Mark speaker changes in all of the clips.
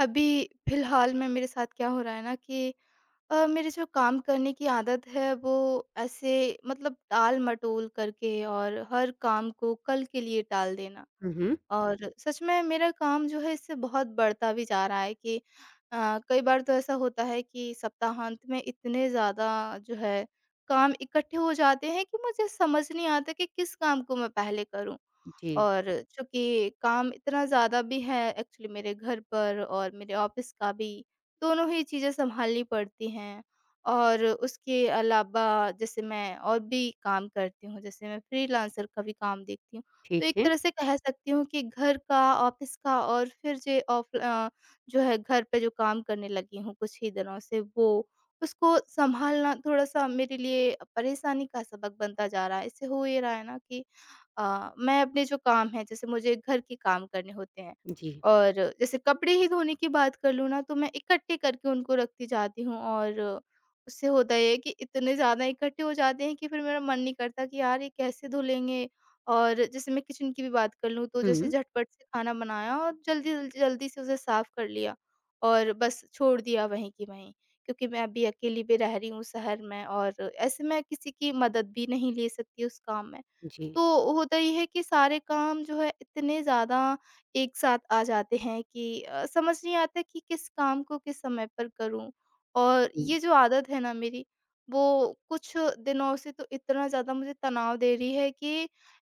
Speaker 1: अभी फ़िलहाल में मेरे साथ क्या हो रहा है ना कि मेरे जो काम करने की आदत है वो ऐसे मतलब टाल-मटोल करके और हर काम को कल के लिए टाल देना।
Speaker 2: हुँ, हुँ।
Speaker 1: और सच में मेरा काम जो है इससे बहुत बढ़ता भी जा रहा है कि कई बार तो ऐसा होता है कि सप्ताहांत में इतने ज़्यादा जो है काम इकट्ठे हो जाते हैं कि मुझे समझ नहीं आता कि किस काम को मैं पहले करूँ।
Speaker 2: जी,
Speaker 1: और चूँकि काम इतना ज़्यादा भी है एक्चुअली मेरे घर पर और मेरे ऑफ़िस का भी, दोनों ही चीज़ें सँभालनी पड़ती हैं। और उसके अलावा जैसे मैं और भी काम करती हूँ, जैसे मैं फ्रीलांसर का भी काम देखती हूँ। तो
Speaker 2: ठीक
Speaker 1: एक
Speaker 2: है।
Speaker 1: तरह से कह सकती हूँ कि घर का, ऑफ़िस का और फिर जे ऑफ़ जो है घर पे जो काम करने लगी हूँ कुछ ही दिनों से वो, उसको सँभालना थोड़ा-सा मेरे लिए परेशानी का सबक बनता जा रहा है। इससे हो ये रहा है ना कि मैं अपने जो काम हैं, जैसे मुझे घर के काम करने होते हैं।
Speaker 2: जी।
Speaker 1: और जैसे कपड़े ही धोने की बात कर लूँ ना, तो मैं इकट्ठे करके उनको रखती जाती हूँ और उससे होता ये है कि इतने ज़्यादा इकट्ठे हो जाते हैं कि फिर मेरा मन नहीं करता कि यार ये कैसे धुलेंगे। और जैसे मैं किचन की भी बात कर लूँ, तो जैसे
Speaker 2: हुँ,
Speaker 1: झटपट से खाना बनाया और जल्दी जल्दी जल्दी से उसे साफ कर लिया और बस छोड़ दिया वहीं की वहीं, क्योंकि मैं अभी अकेली भी रह रही हूँ शहर में और ऐसे मैं किसी की मदद भी नहीं ले सकती उस काम में।
Speaker 2: जी।
Speaker 1: तो होता ये है कि सारे काम जो है इतने ज़्यादा एक साथ आ जाते हैं कि समझ नहीं आता कि किस काम को किस समय पर करूँ। और
Speaker 2: हुँ,
Speaker 1: ये जो आदत है ना मेरी, वो कुछ दिनों से तो इतना ज़्यादा मुझे तनाव दे रही है कि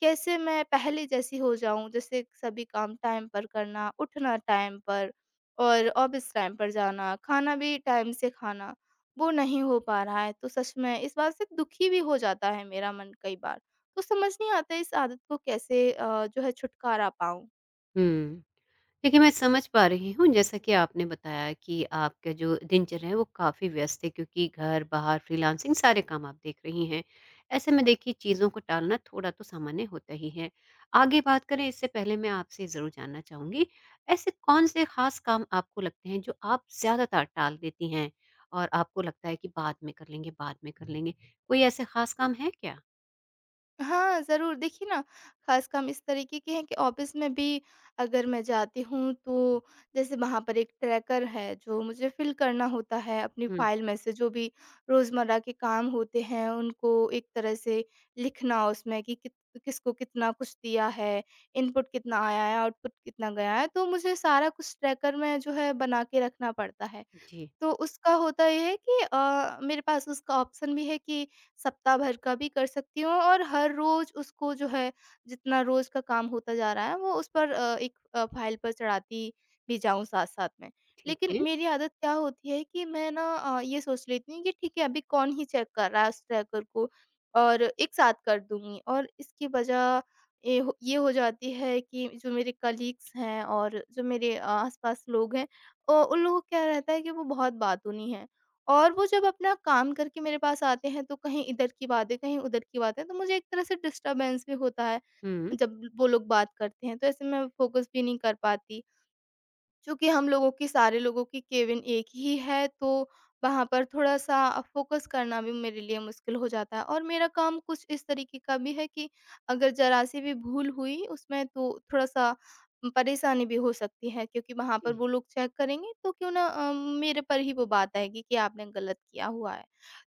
Speaker 1: कैसे मैं पहले जैसी हो जाऊँ, जैसे सभी काम टाइम पर करना, उठना टाइम पर और ऑफ़िस टाइम पर जाना, खाना भी टाइम से खाना, वो नहीं हो पा रहा है। तो सच में इस बात से दुखी भी हो जाता है मेरा मन कई बार। तो समझ नहीं आता इस आदत को कैसे जो है छुटकारा पाऊँ।
Speaker 2: हुँ। देखिए, मैं समझ पा रही हूँ जैसा कि आपने बताया कि आपका जो दिनचर्या है वो काफ़ी व्यस्त है क्योंकि घर, बाहर, फ्रीलांसिंग सारे काम आप देख रही हैं। ऐसे में देखिए चीज़ों को टालना थोड़ा तो सामान्य होता ही है। आगे बात करें इससे पहले मैं आपसे ज़रूर जानना चाहूँगी, ऐसे कौन-से ख़ास काम आपको लगते हैं जो आप ज़्यादातर टाल देती हैं और आपको लगता है कि बाद में कर लेंगे, बाद में कर लेंगे? कोई ऐसे ख़ास काम है क्या?
Speaker 1: हाँ, ज़रूर, देखिए ना, ख़ास काम इस तरीके के हैं कि ऑफ़िस में भी अगर मैं जाती हूँ, तो जैसे वहाँ पर एक ट्रैकर है जो मुझे फ़िल करना होता है अपनी
Speaker 2: हुँ,
Speaker 1: फ़ाइल में से। जो भी रोज़मर्रा के काम होते हैं, उनको एक तरह से लिखना उसमें कि कित किसको कितना कुछ दिया है, इनपुट कितना आया है, आउटपुट कितना गया है। तो मुझे सारा कुछ ट्रैकर में जो है बना के रखना पड़ता है।
Speaker 2: जी।
Speaker 1: तो उसका होता ये है कि मेरे पास उसका ऑप्शन भी है कि सप्ताह भर का भी कर सकती हूँ और हर रोज़ उसको जो है, जितना रोज़ का काम होता जा रहा है, वो उस पर एक फाइल पर चढ़ाती भी जाऊँ साथ-साथ में।
Speaker 2: ठीक
Speaker 1: लेकिन
Speaker 2: है।
Speaker 1: मेरी आदत क्या होती है कि मैं ना ये सोच लेती हूँ कि ठीक है, अभी कौन ही चेक कर रहा है उस ट्रैकर को, और एक साथ कर दूँगी। और इसकी वजह ये हो जाती है कि जो मेरे कलीग्स हैं और जो मेरे आस-पास लोग हैं, उन लोगों को क्या रहता है कि वो बहुत बातूनी हैं और वो जब अपना काम करके मेरे पास आते हैं तो कहीं इधर की बातें कहीं उधर की बातें, तो मुझे एक तरह से डिस्टर्बेंस भी होता है।
Speaker 2: हुँ।
Speaker 1: जब वो लोग बात करते हैं तो ऐसे मैं फोकस भी नहीं कर पाती, चूँकि हम लोगों की, सारे लोगों की केबिन एक ही है, तो वहाँ पर थोड़ा-सा फ़ोकस करना भी मेरे लिए मुश्किल हो जाता है। और मेरा काम कुछ इस तरीके का भी है कि अगर ज़रा-सी भी भूल हुई उसमें, तो थोड़ा-सा परेशानी भी हो सकती है, क्योंकि वहाँ पर
Speaker 2: जी।
Speaker 1: वो लोग चेक करेंगे, तो क्यों ना मेरे पर ही वो बात आएगी कि आपने गलत किया हुआ है।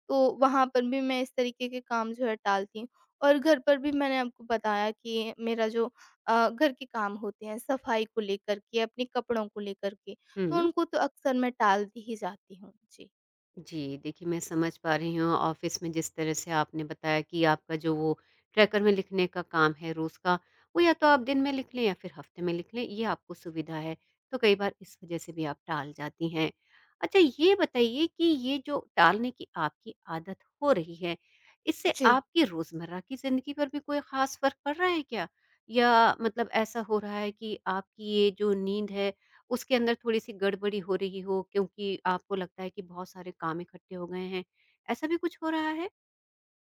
Speaker 1: तो वहाँ पर भी मैं इस तरीके के काम जो है टालती हूँ। और घर पर भी मैंने आपको बताया कि मेरा जो घर के काम होते हैं, सफाई को लेकर के, अपने कपड़ों को लेकर के, तो
Speaker 2: हुँ।
Speaker 1: उनको तो अक्सर मैं टाल दी ही जाती हूँ। जी।
Speaker 2: जी, देखिए मैं समझ पा रही हूँ ऑफ़िस में जिस तरह से आपने बताया कि आपका जो वो ट्रैकर में लिखने का काम है रोज़ का, वो या तो आप दिन में लिख लें या फिर हफ़्ते में लिख लें, ये आपको सुविधा है। तो कई बार इस वज़ह से भी आप टाल जाती हैं। अच्छा, ये बताइए कि ये जो टालने की आपकी आदत हो रही है, इससे
Speaker 1: जी।
Speaker 2: आपकी रोज़मर्रा की ज़िंदगी पर भी कोई ख़ास फ़र्क पड़ रहा है क्या? या मतलब ऐसा हो रहा है कि आपकी ये जो नींद है उसके अंदर थोड़ी-सी गड़बड़ी हो रही हो क्योंकि आपको लगता है कि बहुत सारे काम इकट्ठे हो गए हैं, ऐसा भी कुछ हो रहा है?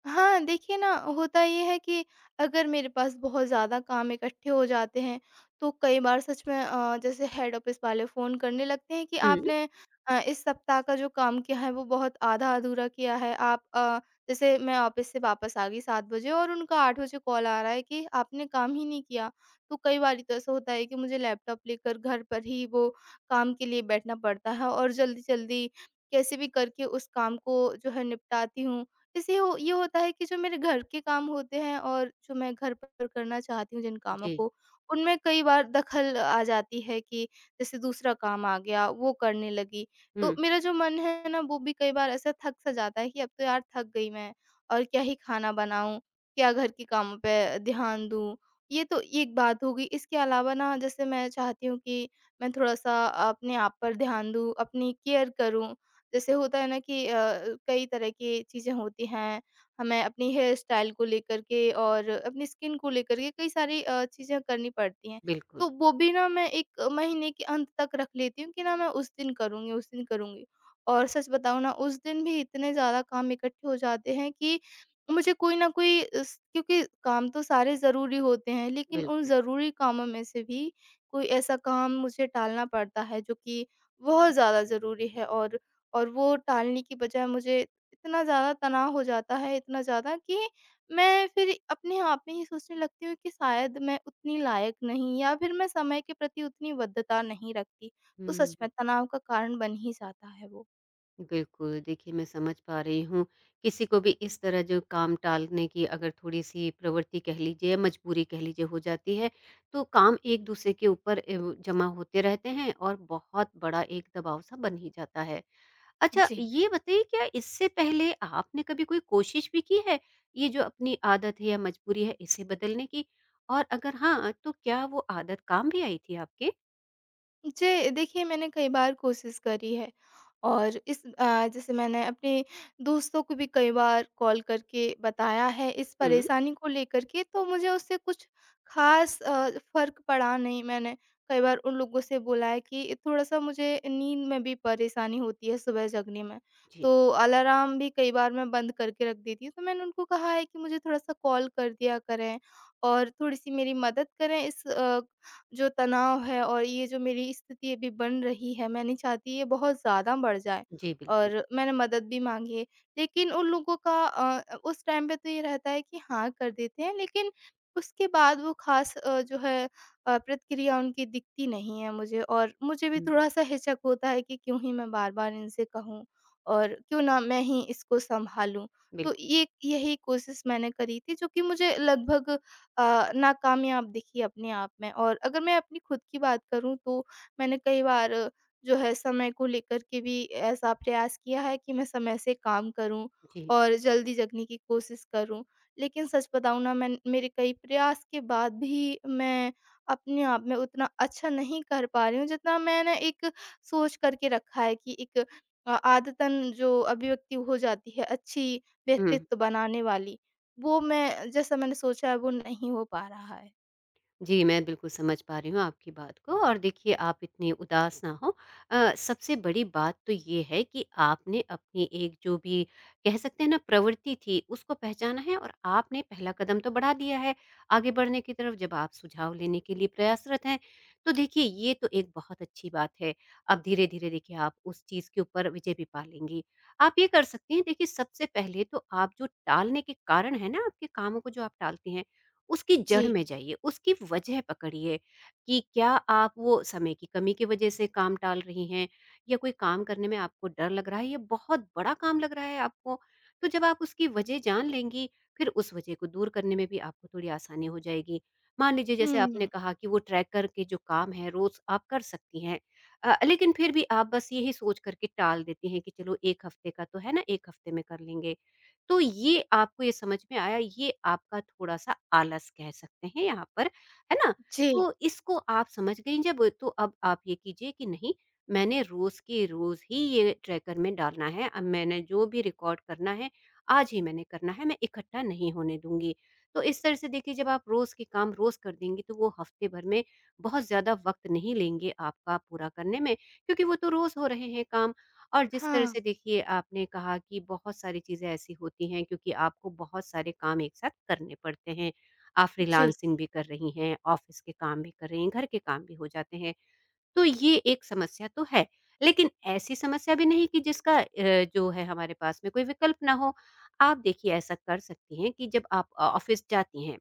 Speaker 1: हाँ, देखिए ना, होता ये है कि अगर मेरे पास बहुत ज़्यादा काम इकट्ठे हो जाते हैं, तो कई बार सच में जैसे हेड ऑफ़िस वाले फ़ोन करने लगते हैं कि
Speaker 2: हुँ।
Speaker 1: आपने इस सप्ताह का जो काम किया है, वो बहुत आधा-अधूरा किया है। आप जैसे मैं ऑफ़िस से वापस आ गई 7 बजे और उनका 8 बजे कॉल आ रहा है कि आपने काम ही नहीं किया। तो कई बारी तो ऐसा होता है कि मुझे लैपटॉप लेकर घर पर ही वो काम के लिए बैठना पड़ता है और जल्दी-जल्दी कैसे भी करके उस काम को जो है निपटाती हूँ। जैसे हो ये होता है कि जो मेरे घर के काम होते हैं और जो मैं घर पर करना चाहती हूँ जिन कामों
Speaker 2: जी।
Speaker 1: को, उनमें कई बार दखल आ जाती है कि जैसे दूसरा काम आ गया, वो करने लगी। तो
Speaker 2: हुँ,
Speaker 1: मेरा जो मन है ना, वो भी कई बार ऐसा थक-सा जाता है कि अब तो यार थक गई मैं, और क्या ही खाना बनाऊँ, क्या घर के कामों पे ध्यान दूँ। ये तो एक बात होगी। इसके अलावा ना, जैसे मैं चाहती हूँ कि मैं थोड़ा-सा अपने आप पर ध्यान दूँ, अपनी केयर करूँ, जैसे होता है ना कि कई तरह की चीज़ें होती हैं, हमें अपनी हेयर स्टाइल को लेकर के और अपनी स्किन को लेकर के कई सारी चीज़ें करनी पड़ती हैं।
Speaker 2: बिल्कुल,
Speaker 1: तो वो भी ना मैं 1 महीने के अंत तक रख लेती हूँ कि ना मैं उस दिन करूँगी, उस दिन करूँगी। और सच बताऊँ ना, उस दिन भी इतने ज़्यादा काम इकट्ठे हो जाते हैं कि मुझे कोई ना कोई इस, क्योंकि काम तो सारे ज़रूरी होते हैं, लेकिन उन
Speaker 2: बिल्कुल।
Speaker 1: ज़रूरी कामों में से भी कोई ऐसा काम मुझे टालना पड़ता है जो कि बहुत ज़्यादा ज़रूरी है। और वो टालने की बजाय मुझे इतना ज़्यादा तनाव हो जाता है, इतना ज़्यादा कि मैं फिर अपने आप में ये सोचने लगती हूँ कि शायद मैं उतनी लायक नहीं, या फिर मैं समय के प्रति उतनी बद्धता नहीं रखती। तो सच
Speaker 2: हुँ,
Speaker 1: में तनाव का कारण बन ही जाता है वो।
Speaker 2: बिल्कुल, देखिए मैं समझ पा रही हूँ, किसी को भी इस तरह जो काम टालने की अगर थोड़ी-सी प्रवृत्ति कह लीजिए या मजबूरी कह लीजिए हो जाती है, तो काम एक-दूसरे के ऊपर एव जमा होते रहते हैं और बहुत बड़ा एक दबाव-सा बन ही जाता है। अच्छा,
Speaker 1: जी।
Speaker 2: ये बताइए क्या इससे पहले आपने कभी कोई कोशिश भी की है, ये जो अपनी आदत है या मजबूरी है इसे बदलने की? और अगर हाँ, तो क्या वो आदत काम भी आई थी आपके?
Speaker 1: जी, देखिए, मैंने कई बार कोशिश करी है। और इस जैसे मैंने अपने दोस्तों को भी कई बार कॉल करके बताया है इस
Speaker 2: हुँ।
Speaker 1: परेशानी को लेकर के, तो मुझे उससे कुछ ख़ास फ़र्क पड़ा नहीं। मैंने कई बार उन लोगों से बोला है कि थोड़ा-सा मुझे नींद में भी परेशानी होती है, सुबह जगने में,
Speaker 2: जी।
Speaker 1: तो अलार्म भी कई बार मैं बंद करके रख देती हूँ। तो मैंने उनको कहा है कि मुझे थोड़ा-सा कॉल कर दिया करें और थोड़ी-सी मेरी मदद करें इस, जो तनाव है और ये जो मेरी स्थिति अभी बन रही है, मैं नहीं चाहती ये बहुत ज़्यादा बढ़ जाए।
Speaker 2: जी, बिल्कुल।
Speaker 1: और मैंने मदद भी माँगी है, लेकिन उन लोगों का उस टाइम पे तो ये रहता है कि हाँ, कर देते हैं, लेकिन उसके बाद वो ख़ास जो है प्रतिक्रिया उनकी दिखती नहीं है मुझे, और मुझे भी
Speaker 2: हुँ,
Speaker 1: थोड़ा-सा हिचक होता है कि क्यों ही मैं बार-बार इनसे कहूँ और क्यों ना मैं ही इसको सँभालूँ। तो
Speaker 2: बिल्कुल।
Speaker 1: ये यही कोशिश मैंने करी थी, जो कि मुझे लगभग नाकामयाब दिखी अपने आप में। और अगर मैं अपनी खुद की बात करूँ, तो मैंने कई बार जो है समय को लेकर के भी ऐसा प्रयास किया है कि मैं समय से काम करूँ
Speaker 2: जी।
Speaker 1: और जल्दी जगने की कोशिश करूँ। लेकिन सच बताऊँ ना, मैं, मेरे कई प्रयास के बाद भी मैं अपने आप में उतना अच्छा नहीं कर पा रही हूँ जितना मैंने एक सोच करके रखा है कि एक आदतन जो अभिव्यक्ति हो जाती है, अच्छी
Speaker 2: हुँ।
Speaker 1: व्यक्तित्व बनाने वाली, वो मैं, जैसा मैंने सोचा है वो नहीं हो पा रहा है।
Speaker 2: जी, मैं बिल्कुल समझ पा रही हूँ आपकी बात को और देखिए आप इतने उदास ना हों। सबसे बड़ी बात तो ये है कि आपने अपनी एक जो भी कह सकते हैं ना प्रवृत्ति थी उसको पहचाना है और आपने पहला कदम तो बढ़ा दिया है। आगे बढ़ने की तरफ जब आप सुझाव लेने के लिए प्रयासरत हैं, तो देखिए ये तो एक बहुत अच्छी बात है। अब धीरे-धीरे देखिए आप उस चीज़ के ऊपर विजय भी पा लेंगी। आप ये कर सकती हैं देखिए सबसे पहले तो आप जो टालने के कारण है ना आपके कामों को जो आप टालती हैं उसकी
Speaker 1: जी।
Speaker 2: जड़ में जाइए, उसकी वजह पकड़िए कि क्या आप वो समय की कमी की वजह से काम टाल रही हैं या कोई काम करने में आपको डर लग रहा है या बहुत बड़ा काम लग रहा है आपको। तो जब आप उसकी वजह जान लेंगी, फिर उस वजह को दूर करने में भी आपको थोड़ी आसानी हो जाएगी। मान लीजिए जैसे आपने
Speaker 1: हुँ,
Speaker 2: कहा कि वो ट्रैकर के जो काम है रोज़ आप कर सकती हैं। लेकिन फिर भी आप बस यही सोच कर के टाल देती हैं कि चलो 1 हफ्ते का तो है ना, 1 हफ्ते में कर लेंगे। तो ये आपको ये समझ में आया, ये आपका थोड़ा-सा आलस कह सकते हैं यहाँ पर, है ना?
Speaker 1: जी।
Speaker 2: तो इसको आप समझ गईं जब, तो अब आप ये कीजिए कि नहीं, मैंने रोज़ के रोज़ ही ये ट्रैकर में डालना है। अब मैंने जो भी रिकॉर्ड करना है, आज ही मैंने करना है, मैं इकट्ठा नहीं होने दूँगी। तो इस तरह से देखिए जब आप रोज़ के काम रोज़ कर देंगी, तो वो हफ्ते भर में बहुत ज़्यादा वक़्त नहीं लेंगे आपका पूरा करने में, क्योंकि वो तो रोज़ हो रहे हैं काम। और जिस तरह
Speaker 1: हाँ,
Speaker 2: से देखिए आपने कहा कि बहुत सारी चीज़ें ऐसी होती हैं क्योंकि आपको बहुत सारे काम एक साथ करने पड़ते हैं। आप
Speaker 1: जी,
Speaker 2: फ्रीलांसिंग भी कर रही हैं, ऑफ़िस के काम भी कर रही हैं, घर के काम भी हो जाते हैं। तो ये एक समस्या तो है। लेकिन ऐसी समस्या भी नहीं कि जिसका जो है हमारे पास में कोई विकल्प ना हो। आप देखिए ऐसा कर सकती हैं कि जब आप ऑफ़िस जाती हैं,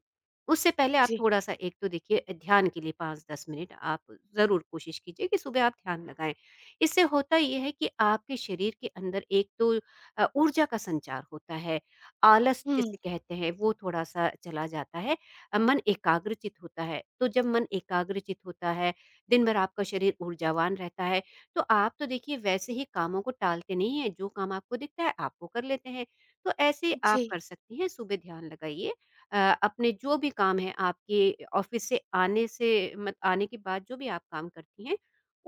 Speaker 2: उससे पहले आप
Speaker 1: जी।
Speaker 2: थोड़ा-सा एक तो देखिए ध्यान के लिए 5-10 मिनट आप ज़रूर कोशिश कीजिए कि सुबह आप ध्यान लगाएँ। इससे होता ये है कि आपके शरीर के अंदर एक तो ऊर्जा का संचार होता है, आलस
Speaker 1: हुँ,
Speaker 2: जिसे कहते हैं वो थोड़ा-सा चला जाता है, मन एकाग्रचित होता है। तो जब मन एकाग्रचित होता है दिन भर आपका शरीर ऊर्जावान रहता है। तो आप तो देखिए वैसे ही कामों को टालते नहीं हैं, जो काम आपको दिखता है आप वो कर लेते हैं। तो ऐसे आप
Speaker 1: जी।
Speaker 2: कर सकती हैं, सुबह ध्यान लगाइए। अ, अपने जो भी काम हैं आपके ऑफ़िस से आने से मत आने के बाद जो भी आप काम करती हैं,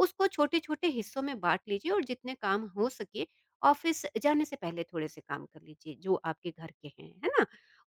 Speaker 2: उसको छोटे-छोटे हिस्सों में बाँट लीजिए और जितने काम हो सके ऑफ़िस जाने से पहले थोड़े से काम कर लीजिए, जो आपके घर के हैं, है ना?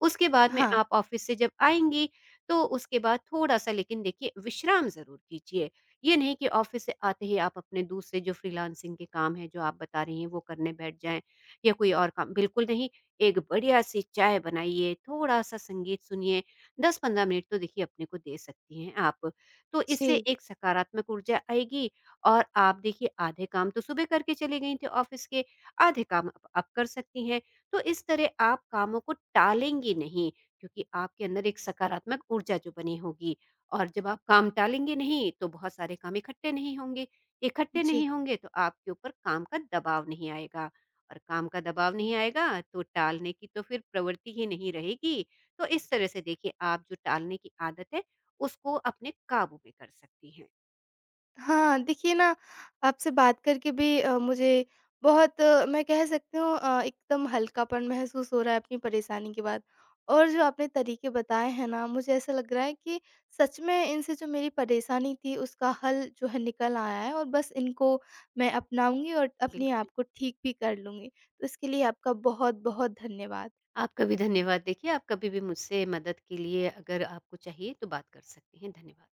Speaker 2: उसके बाद में
Speaker 1: हाँ,
Speaker 2: आप ऑफ़िस से जब आएँगी, तो उसके बाद थोड़ा-सा लेकिन देखिए विश्राम ज़रूर कीजिए। ये नहीं कि ऑफिस से आते ही आप अपने दूसरे जो फ्रीलांसिंग के काम हैं, जो आप बता रही हैं, वो करने बैठ जाएँ या कोई और काम बिल्कुल नहीं। एक बढ़िया-सी चाय बनाइए, थोड़ा-सा संगीत सुनिए, 10-15 मिनट तो देखिए अपने को दे सकती हैं आप। तो इससे
Speaker 1: जी,
Speaker 2: एक सकारात्मक ऊर्जा आएगी और आप देखिए आधे काम तो सुबह करके चली गई थी ऑफिस के, आधे काम अब आप कर सकती हैं। तो इस तरह आप कामों को टालेंगी नहीं क्योंकि आपके अंदर एक सकारात्मक ऊर्जा जो बनी होगी। और जब आप काम टालेंगे नहीं तो बहुत सारे काम इकट्ठे नहीं होंगे, इकट्ठे
Speaker 1: जी।
Speaker 2: नहीं होंगे तो आपके ऊपर काम का दबाव नहीं आएगा, और काम का दबाव नहीं आएगा तो टालने की तो फिर प्रवृत्ति ही नहीं रहेगी। तो इस तरह से देखिए आप जो टालने की आदत है उसको अपने काबू में कर सकती हैं।
Speaker 1: हाँ, देखिए ना, आपसे बात करके भी मुझे बहुत, मैं कह सकती हूँ, एकदम हल्कापन महसूस हो रहा है अपनी परेशानी के बाद। और जो आपने तरीके बताए हैं ना, मुझे ऐसा लग रहा है कि सच में इनसे जो मेरी परेशानी थी, उसका हल जो है निकल आया है, और बस इनको मैं अपनाऊँगी और अपने आप
Speaker 2: बिल्कुल।
Speaker 1: को ठीक भी कर लूँगी। तो इसके लिए आपका बहुत-बहुत धन्यवाद।
Speaker 2: आपका भी धन्यवाद, देखिए आप कभी भी मुझसे मदद के लिए अगर आपको चाहिए तो बात कर सकते हैं। धन्यवाद।